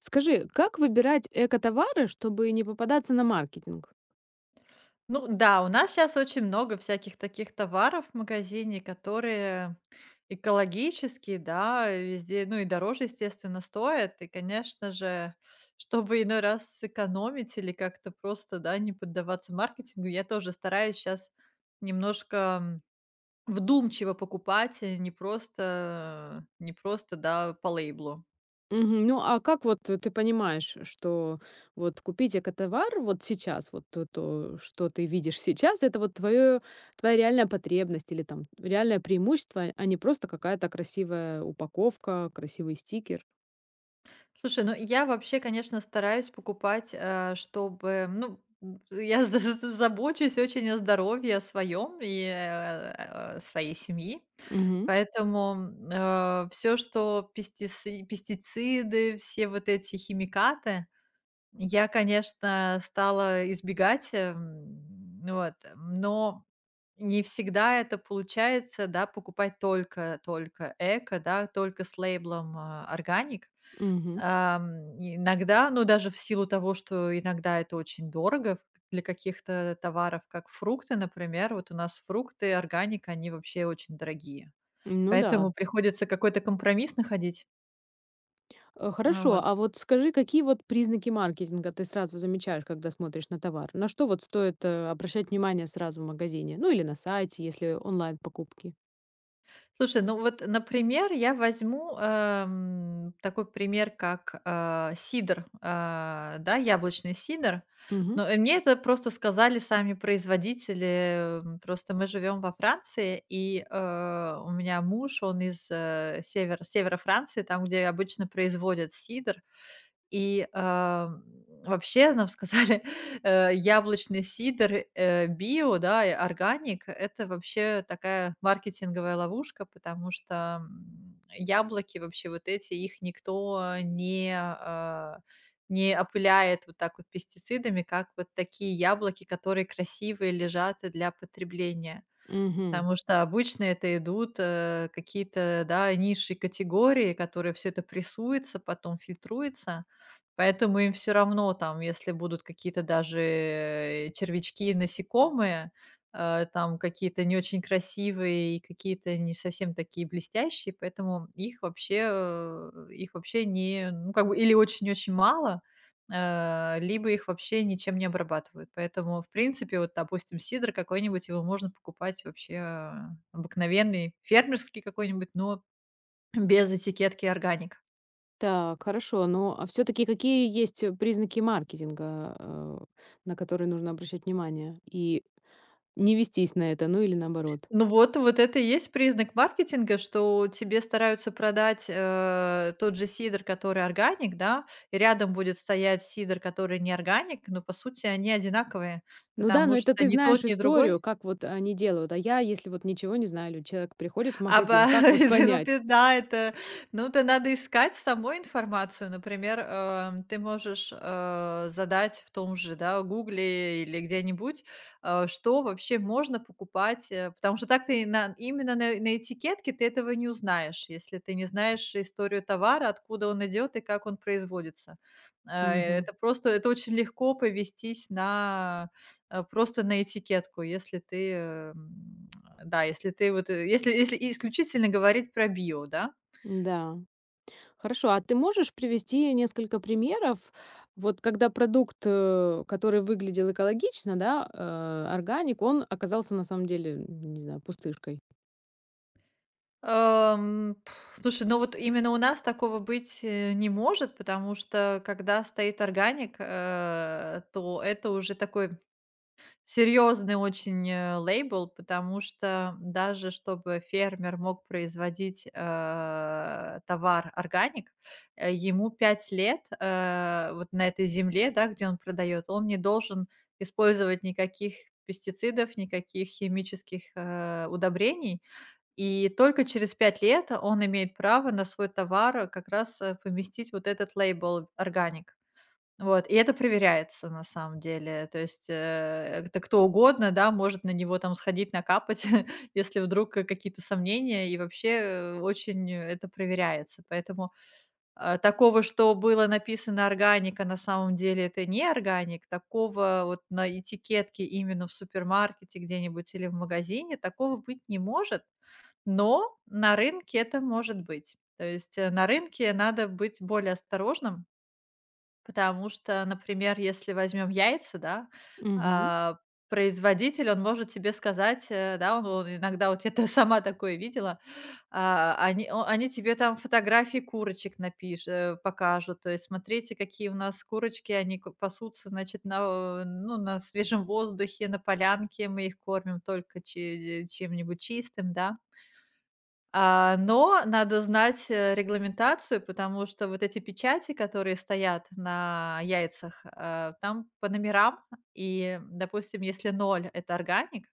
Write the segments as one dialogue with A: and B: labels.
A: Скажи, как выбирать экотовары, чтобы не попадаться на маркетинг?
B: Ну да, у нас сейчас очень много всяких таких товаров в магазине, которые экологические, да, везде, ну и дороже, естественно, стоят. И, конечно же, чтобы иной раз сэкономить или как-то просто, да, не поддаваться маркетингу, я тоже стараюсь сейчас немножко, вдумчиво покупать, не просто, да, по лейблу.
A: Мгм. Ну, а как вот ты понимаешь, что вот купить экотовар вот сейчас, вот что ты видишь сейчас, это вот твое, твоя реальная потребность или там реальное преимущество, а не просто какая-то красивая упаковка, красивый стикер?
B: Слушай, ну я вообще, конечно, стараюсь покупать, чтобы, ну, я забочусь очень о здоровье своем и своей семьи,
A: Угу.
B: поэтому все, что пестициды, все вот эти химикаты, я, конечно, стала избегать, вот, но не всегда это получается, да, покупать только эко, да, только с лейблом органик.
A: Мгм.
B: Иногда, ну, даже в силу того, что иногда это очень дорого для каких-то товаров, как фрукты, например. Вот у нас фрукты, органика, они вообще очень дорогие.
A: Ну да.
B: Поэтому приходится какой-то компромисс находить.
A: Хорошо,
B: Вот.
A: а вот скажи, какие вот признаки маркетинга ты сразу замечаешь, когда смотришь на товар? На что вот стоит, обращать внимание сразу в магазине? Ну, или на сайте, если онлайн-покупки?
B: Слушай, ну вот, например, я возьму, такой пример, как, сидр, яблочный сидр.
A: Мгм.
B: Но, мне это просто сказали сами производители. Просто мы живем во Франции, и, у меня муж, он из, севера Франции, там, где обычно производят сидр. И, вообще нам сказали, яблочный сидр, био, да, и органик — это вообще такая маркетинговая ловушка, потому что, яблоки вообще вот эти, их никто не опыляет вот так вот пестицидами, как вот такие яблоки, которые красивые, лежат для потребления.
A: Мгм.
B: Потому что обычно это идут, какие-то, да, низшие категории, которые все это прессуется, потом фильтруется. Поэтому им все равно, там, если будут какие-то даже, червячки и насекомые, там какие-то не очень красивые и какие-то не совсем такие блестящие, поэтому их вообще, их вообще не, ну, как бы, или очень-очень мало, либо их вообще ничем не обрабатывают. Поэтому, в принципе, вот, допустим, сидр какой-нибудь, его можно покупать вообще, обыкновенный, фермерский какой-нибудь, но без этикетки органик.
A: Так, хорошо. Но а всё-таки какие есть, признаки маркетинга, на которые нужно обращать внимание? И не вестись на это, ну, или наоборот?
B: Ну вот, вот это и есть признак маркетинга, что тебе стараются продать, тот же сидр, который органик, да, и рядом будет стоять сидр, который не органик, но по сути они одинаковые,
A: Ну да,
B: потому
A: но это
B: что
A: ты
B: ни
A: знаешь
B: тот, ни другой.
A: историю, как вот они делают. А я, если вот ничего не знаю, или человек приходит в
B: Аба
A: магазин, как вот
B: Ну
A: понять?
B: ты, да, это, ну, то надо искать самой информацию. Например, ты можешь, задать в том же, да, «Гугле» или где-нибудь, что вообще можно покупать, потому что так ты на, именно на этикетке ты этого не узнаешь, если ты не знаешь историю товара, откуда он идет и как он производится. Э,
A: Мгм.
B: это просто, это очень легко повестись на, просто на этикетку, если ты, да, если ты вот, если исключительно говорить про био, да?
A: Да. Хорошо, а ты можешь привести несколько примеров, вот когда продукт, который выглядел экологично, да, органик, он оказался на самом деле, м, не знаю, пустышкой?
B: Слушай, ну вот именно у нас такого быть, не может, потому что когда стоит органик, то это уже такой серьезный очень, лейбл, потому что даже чтобы фермер мог производить, товар органик, ему 5 лет, вот на этой земле, да, где он продает, он не должен использовать никаких пестицидов, никаких химических, удобрений. И только через 5 лет он имеет право на свой товар, как раз, поместить вот этот лейбл «органик». Вот, и это проверяется на самом деле. То есть, это кто угодно, да, может на него там сходить, накапать, если вдруг какие-то сомнения, и вообще, очень, это проверяется. Поэтому, такого, что было написано органика, на самом деле это не органик, такого вот на этикетке именно в супермаркете где-нибудь или в магазине, такого быть не может, но на рынке это может быть. То есть, на рынке надо быть более осторожным. Потому что, например, если возьмем яйца, да,
A: Угу,
B: а, производитель, он может тебе сказать, да, он иногда — вот я сама такое видела — они тебе там фотографии курочек покажут, то есть: «Смотрите, какие у нас курочки, они ко пасутся, значит, на, ну, на свежем воздухе, на полянке, мы их кормим только чем-нибудь чистым», да. Но надо знать, регламентацию, потому что вот эти печати, которые стоят на яйцах, там по номерам. И, допустим, если ноль — это органик,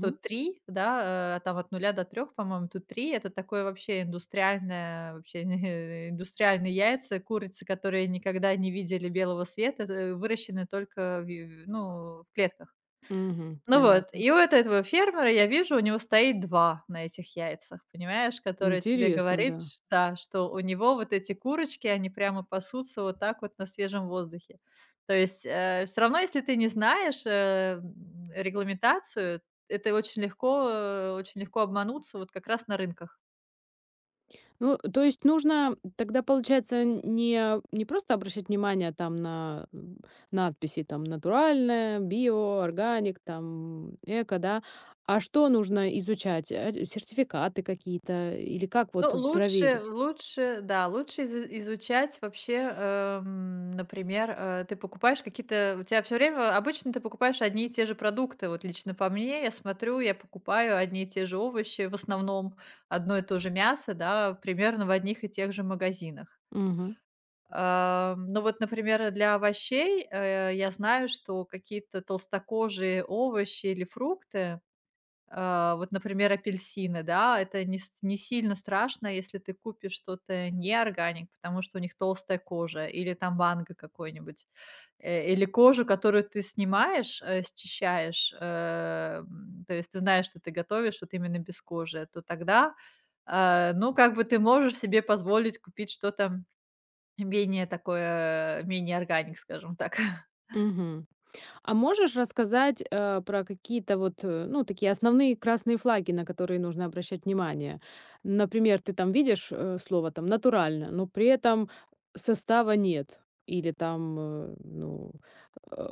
B: то три, да, там от нуля до трех, по-моему, тут три — это такое вообще индустриальное вообще индустриальные яйца, курицы, которые никогда не видели белого света, выращены только в, ну, в клетках.
A: угу.
B: Ну вот,
A: Понятно.
B: и у эт этого фермера, я вижу, у него стоит два на этих яйцах, понимаешь, которые тебе
A: Интересно,
B: говорит,
A: да.
B: ш да, что у него вот эти курочки, они прямо пасутся вот так вот на свежем воздухе. То есть, все равно, если ты не знаешь, регламентацию, это очень легко, очень легко обмануться вот как раз на рынках.
A: Ну, то есть нужно тогда, получается, не просто обращать внимание там на надписи там натуральное, био, органик, там эко, да, а что нужно изучать? Сертификаты какие-то или как
B: Ну,
A: вот
B: лучше
A: проверить?
B: лучше, да, лучше изучать вообще, например, ты покупаешь какие-то, у тебя все время обычно ты покупаешь одни и те же продукты. Вот лично по мне, я смотрю, я покупаю одни и те же овощи, в основном одно и то же мясо, да, примерно в одних и тех же магазинах.
A: Угу.
B: Но вот, например, для овощей, я знаю, что какие-то толстокожие овощи или фрукты, вот, например, апельсины, да, это не сильно страшно, если ты купишь что-то не органик, потому что у них толстая кожа, или там манго какой-нибудь, или кожу, которую ты снимаешь, счищаешь, то есть ты знаешь, что ты готовишь вот именно без кожи, то тогда, ну, как бы, ты можешь себе позволить купить что-то менее такое, менее органик, скажем так.
A: А можешь рассказать, про какие-то вот, ну, такие основные красные флаги, на которые нужно обращать внимание? Например, ты там видишь, слово там "натурально", но при этом состава нет. Или там, ну, э,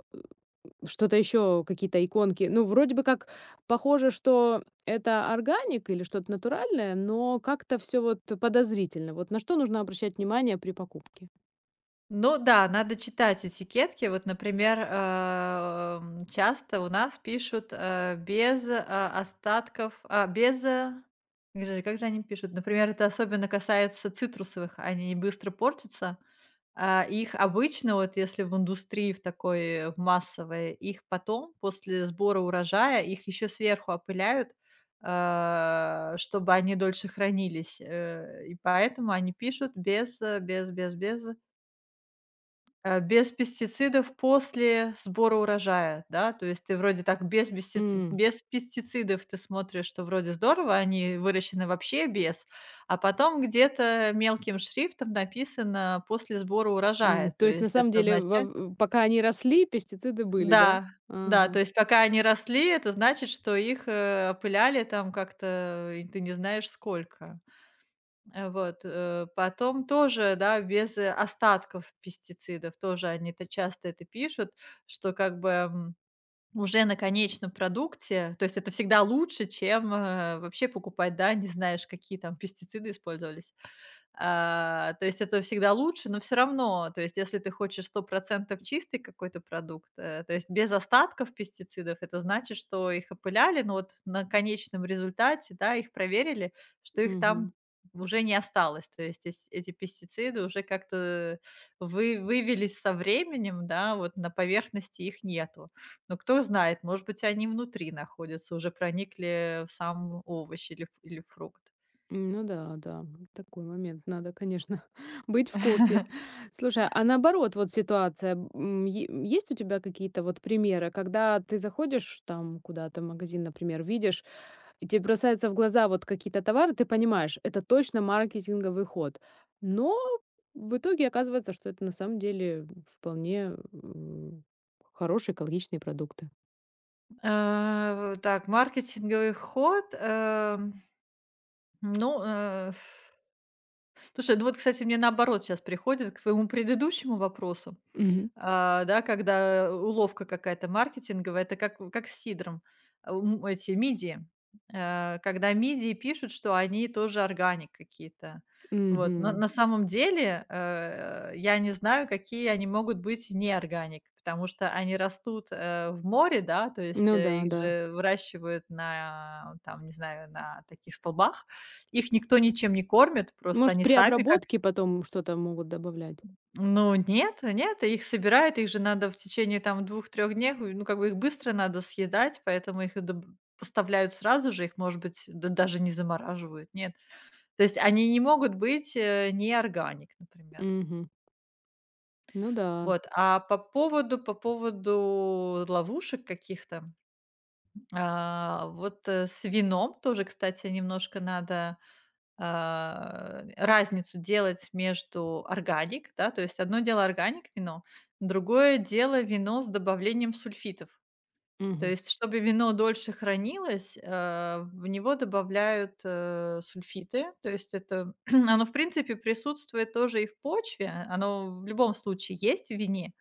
A: что-то еще, какие-то иконки. Ну, вроде бы как похоже, что это органик или что-то натуральное, но как-то все вот подозрительно. Вот на что нужно обращать внимание при покупке?
B: Ну да, надо читать этикетки. Вот, например, часто у нас пишут, без, остатков, без, как же они пишут? Например, это особенно касается цитрусовых, они быстро портятся. Их обычно, вот если в индустрии в такой, в массовой, их потом, после сбора урожая, их еще сверху опыляют, чтобы они дольше хранились. И поэтому они пишут без, без пестицидов после сбора урожая, да? То есть ты вроде так без пестици без пестицидов ты смотришь, что вроде здорово, они выращены вообще без, а потом где-то мелким шрифтом написано «после сбора урожая». То
A: То есть, на
B: есть
A: самом
B: это
A: деле,
B: означает.
A: во пока они росли, пестициды были, да?
B: Да, да, то
A: Ага,
B: есть пока они росли, это значит, что их, опыляли там как-то, и ты не знаешь сколько. Вот, потом тоже, да, без, остатков пестицидов, тоже они, это часто это пишут, что как бы, уже на конечном продукте, то есть это всегда лучше, чем, вообще покупать, да, не знаешь, какие там пестициды использовались. То есть это всегда лучше, но все равно, то есть если ты хочешь 100% чистый какой-то продукт, то есть без остатков пестицидов, это значит, что их опыляли, но вот на конечном результате, да, их проверили, что их
A: мгм.
B: там уже не осталось. То есть эс эти пестициды уже как-то вы вывелись со временем, да, вот на поверхности их нету. Но кто знает, может быть, они внутри находятся, уже проникли в сам овощ или ф или фрукт.
A: М, ну да, да, такой момент. Надо, конечно, быть в курсе. Слушай, а наоборот, вот ситуация, м, е есть у тебя какие-то вот примеры, когда ты заходишь там куда-то в магазин, например, видишь, и тебе бросаются в глаза вот какие-то товары, ты понимаешь, это точно маркетинговый ход. Но в итоге оказывается, что это на самом деле вполне, м, хорошие экологичные продукты.
B: Так, маркетинговый ход, ну, слушай, ну вот, кстати, мне наоборот сейчас приходит к твоему предыдущему вопросу.
A: Мгм.
B: Да, когда уловка какая-то маркетинговая, это как с сидром, эти мидии. Когда мидии пишут, что они тоже органик какие-то. Вот, но
A: Мгм.
B: на самом деле, я не знаю, какие они могут быть не органик, потому что они растут, в море, да, то есть,
A: Ну да,
B: их
A: да.
B: же выращивают на, там, не знаю, на таких столбах. Их никто ничем не кормит, просто
A: Может,
B: они
A: при
B: сами как.
A: обработке потом что-то могут добавлять?
B: Ну нет, нет, их собирают, их же надо в течение там 2–3 дней, ну как бы их быстро надо съедать, поэтому их и доб поставляют сразу же, их, может быть, да даже не замораживают, нет. То есть они не могут быть, не органик, например.
A: Мгм. Ну да.
B: Вот, а по поводу ловушек каких-то, вот, с вином тоже, кстати, немножко надо, разницу делать между органик, да, то есть одно дело органик вино, другое дело вино с добавлением сульфитов. То
A: Мгм.
B: есть, чтобы вино дольше хранилось, в него добавляют, сульфиты. То есть это оно, в принципе, присутствует тоже и в почве. Оно в любом случае есть в вине.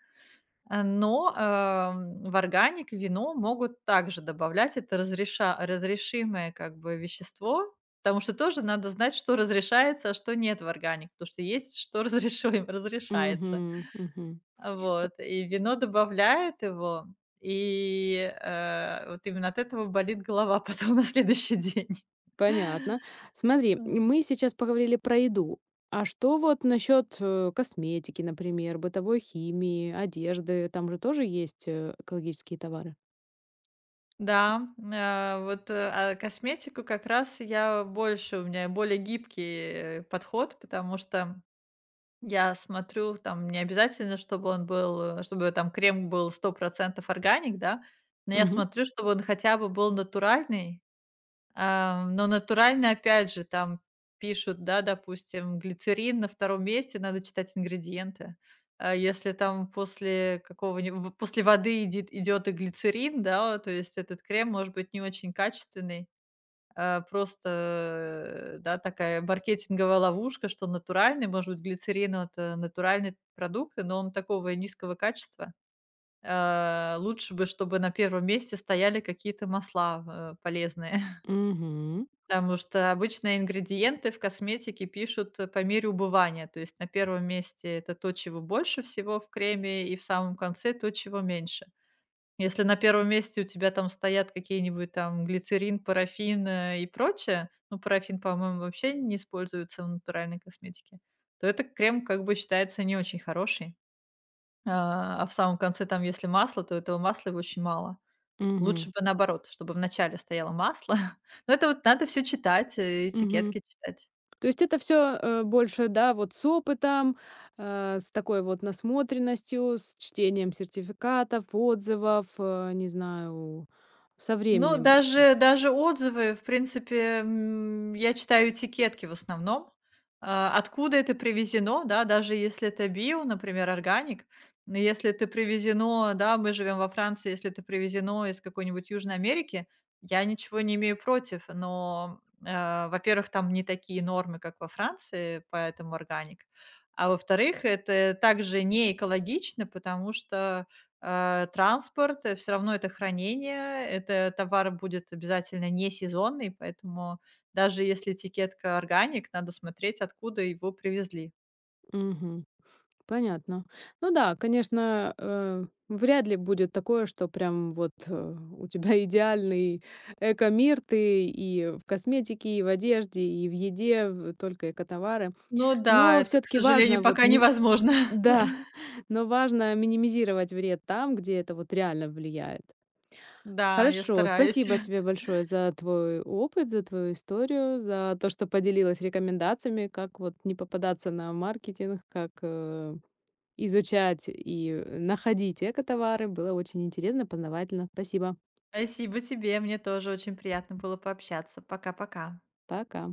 B: Но, в органик вино могут также добавлять. Это разреша разрешимое, как бы, вещество, потому что тоже надо знать, что разрешается, а что нет в органик, потому что есть, что разрешуем разрешается.
A: Мгм. Мгм.
B: Вот, и вино добавляют его, и, вот именно от этого болит голова потом на следующий день.
A: Понятно. Смотри,
B: М.
A: мы сейчас поговорили про еду. А что вот насчет косметики, например, бытовой химии, одежды? Там же тоже есть экологические товары.
B: Да, а косметику как раз, я больше, у меня более гибкий подход, потому что я смотрю, там не обязательно, чтобы он был, чтобы там крем был 100% органик, да, но я
A: Угу,
B: смотрю, чтобы он хотя бы был натуральный. Но натуральный, опять же, там пишут, да, допустим, глицерин на втором месте, надо читать ингредиенты. А если там после какого-нибудь, после воды идет и глицерин, да, то есть этот крем может быть не очень качественный. Просто, да, такая маркетинговая ловушка, что натуральный, может быть, глицерин — это натуральный продукт, но он такого низкого качества. Лучше бы, чтобы на первом месте стояли какие-то масла, полезные,
A: угу,
B: потому что обычно ингредиенты в косметике пишут, по мере убывания. То есть на первом месте — это то, чего больше всего в креме, и в самом конце — то, чего меньше. Если на первом месте у тебя там стоят какие-нибудь там глицерин, парафин, и прочее, ну, парафин, по-моему, вообще не используется в натуральной косметике, то этот крем как бы считается не очень хороший. А в самом конце там, если масло, то этого масла его очень мало.
A: угу.
B: Лучше бы наоборот, чтобы в начале стояло масло. Но это вот надо все читать,
A: Мгм.
B: этикетки читать.
A: То есть это все больше, да, вот с опытом, с такой вот насмотренностью, с чтением сертификатов, отзывов, не знаю, со
B: Ну,
A: временем.
B: даже отзывы, в принципе, я читаю этикетки в основном. Откуда это привезено, да, даже если это био, например, органик, но если это привезено, да — мы живем во Франции — если это привезено из какой-нибудь Южной Америки, я ничего не имею против, но, во-первых, там не такие нормы, как во Франции, поэтому органик, а во-вторых, это также не экологично, потому что, транспорт, все равно это хранение, это товар будет обязательно не сезонный, поэтому даже если этикетка органик, надо смотреть, откуда его привезли.
A: Мгм. Понятно. Ну да, конечно, вряд ли будет такое, что прям вот, у тебя идеальный эко-мир. Ты и в косметике, и в одежде, и в еде, в только экотовары.
B: Ну да,
A: Но
B: это,
A: все
B: к
A: таки
B: сожалению,
A: важно вот.
B: пока невозможно.
A: Да, но важно минимизировать вред там, где это вот реально влияет.
B: Да, я
A: Хорошо,
B: стараюсь.
A: спасибо тебе большое за твой опыт, за твою историю, за то, что поделилась рекомендациями, как вот не попадаться на маркетинг, как изучать и находить экотовары. Было очень интересно, познавательно. Спасибо.
B: Спасибо тебе, мне тоже очень приятно было пообщаться. Пока-пока.
A: Пока.